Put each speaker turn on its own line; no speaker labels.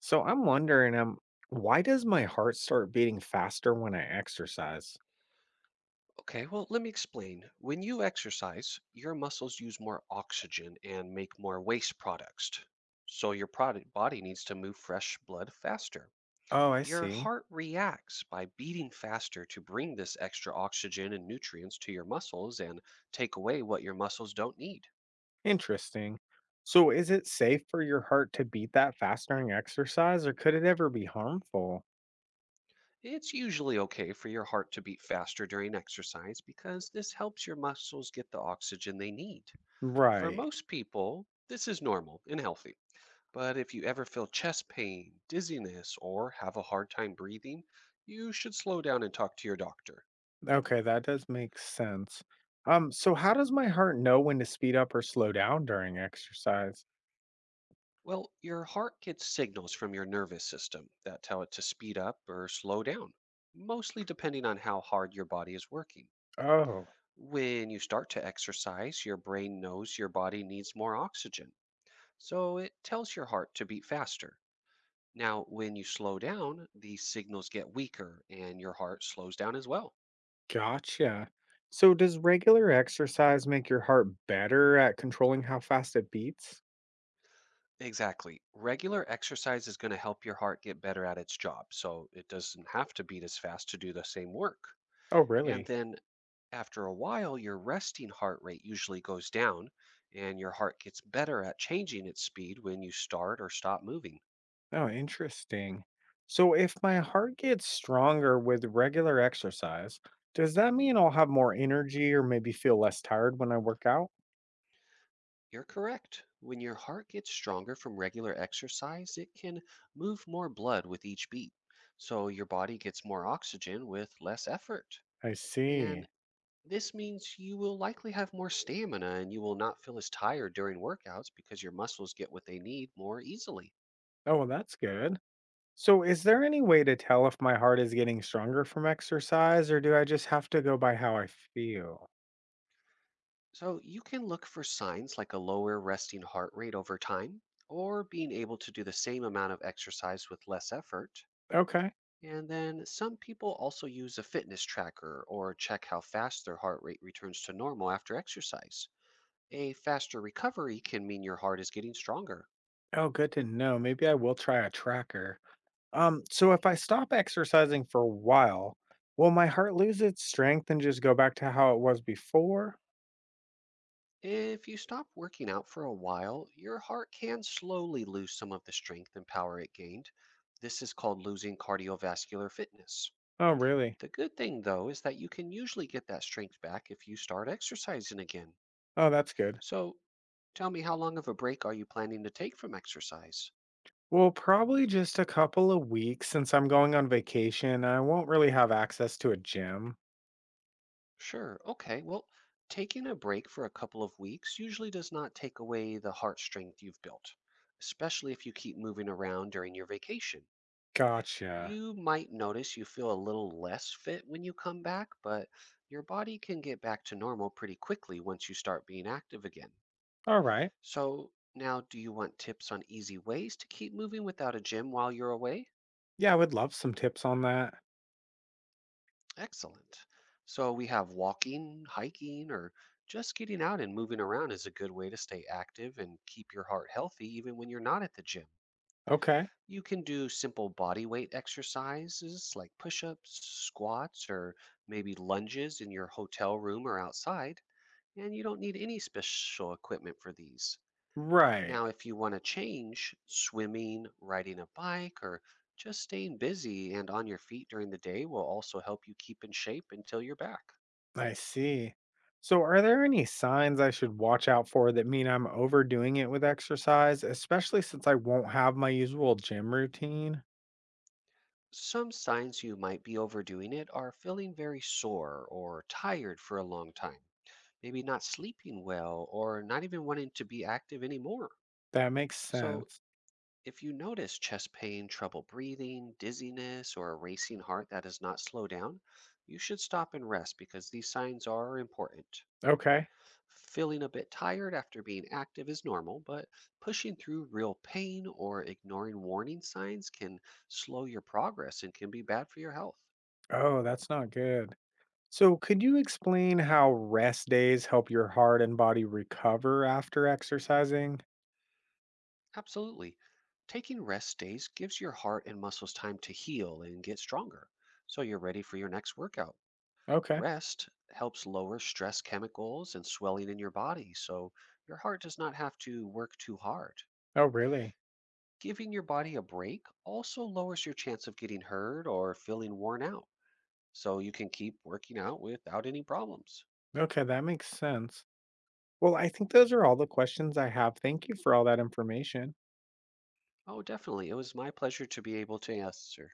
So I'm wondering, why does my heart start beating faster when I exercise?
Okay, well, let me explain. When you exercise, your muscles use more oxygen and make more waste products. So your product body needs to move fresh blood faster.
Oh, I
Your
see.
heart reacts by beating faster to bring this extra oxygen and nutrients to your muscles and take away what your muscles don't need.
Interesting. So is it safe for your heart to beat that fast during exercise, or could it ever be harmful?
It's usually okay for your heart to beat faster during exercise because this helps your muscles get the oxygen they need. For
Right.
most people, this is normal and healthy. But if you ever feel chest pain, dizziness, or have a hard time breathing, you should slow down and talk to your doctor.
Okay, that does make sense. So how does my heart know when to speed up or slow down during exercise?
Well, your heart gets signals from your nervous system that tell it to speed up or slow down, mostly depending on how hard your body is working.
Oh,
When you start to exercise, your brain knows your body needs more oxygen, so it tells your heart to beat faster. Now, when you slow down, these signals get weaker and your heart slows down as well.
gotcha. So does regular exercise make your heart better at controlling how fast it beats?
Exactly. Regular exercise is going to help your heart get better at its job, so it doesn't have to beat as fast to do the same work.
Oh,
And
really?
then after a while, your resting heart rate usually goes down, and your heart gets better at changing its speed when you start or stop moving.
Oh, interesting. So, if my heart gets stronger with regular exercise, does that mean I'll have more energy or maybe feel less tired when I work out?
You're correct. When your heart gets stronger from regular exercise, it can move more blood with each beat. So your body gets more oxygen with less effort.
I see.
And this means you will likely have more stamina and you will not feel as tired during workouts because your muscles get what they need more easily.
Oh, well, that's good. So, is there any way to tell if my heart is getting stronger from exercise or do I just have to go by how I feel?
So you can look for signs like a lower resting heart rate over time or being able to do the same amount of exercise with less effort.
Okay.
And then some people also use a fitness tracker or check how fast their heart rate returns to normal after exercise. A faster recovery can mean your heart is getting stronger.
Oh, good to know. Maybe I will try a tracker. So if I
Mhm.
stop exercising for a while, will my heart lose its strength and just go back to how it was before?
If you stop working out for a while, your heart can slowly lose some of the strength and power it gained. This is called losing cardiovascular fitness.
Oh, really?
The good thing, though, is that you can usually get that strength back if you start exercising again.
Oh, that's good.
So tell me, how long of a break are you planning to take from exercise?
Well, probably just a couple of weeks since I'm going on vacation. I won't really have access to a gym.
Sure, okay, well, taking a break for a couple of weeks usually does not take away the heart strength you've built, especially if you keep moving around during your vacation.
Gotcha.
You might notice you feel a little less fit when you come back, but your body can get back to normal pretty quickly once you start being active again.
All right.
So, now do you want tips on easy ways to keep moving without a gym while you're away?
Yeah, I would love some tips on that.
Excellent. So, we have walking, hiking, or just getting out and moving around is a good way to stay active and keep your heart healthy even when you're not at the gym.
Okay.
You can do simple body weight exercises like push ups, squats, or maybe lunges in your hotel room or outside, and you don't need any special equipment for these.
Right.
Now, if you want to change, swimming, riding a bike, or just staying busy and on your feet during the day will also help you keep in shape until you're back.
I see. So, are there any signs I should watch out for that mean I'm overdoing it with exercise, especially since I won't have my usual gym routine?
Some signs you might be overdoing it are feeling very sore or tired for a long time, maybe not sleeping well, or not even wanting to be active anymore.
That makes
So,
sense.
if you notice chest pain, trouble breathing, dizziness, or a racing heart that does not slow down, you should stop and rest because these signs are important.
Okay.
Feeling a bit tired after being active is normal, but pushing through real pain or ignoring warning signs can slow your progress and can be bad for your health.
Oh, that's not good. So, could you explain how rest days help your heart and body recover after exercising?
Absolutely. Taking rest days gives your heart and muscles time to heal and get stronger, so you're ready for your next workout.
Okay.
Rest helps lower stress chemicals and swelling in your body, so your heart does not have to work too hard.
Oh, really?
Giving your body a break also lowers your chance of getting hurt or feeling worn out, so you can keep working out without any problems.
Okay, that makes sense. Well, I think those are all the questions I have. Thank you for all that information.
Oh, definitely. It was my pleasure to be able to answer.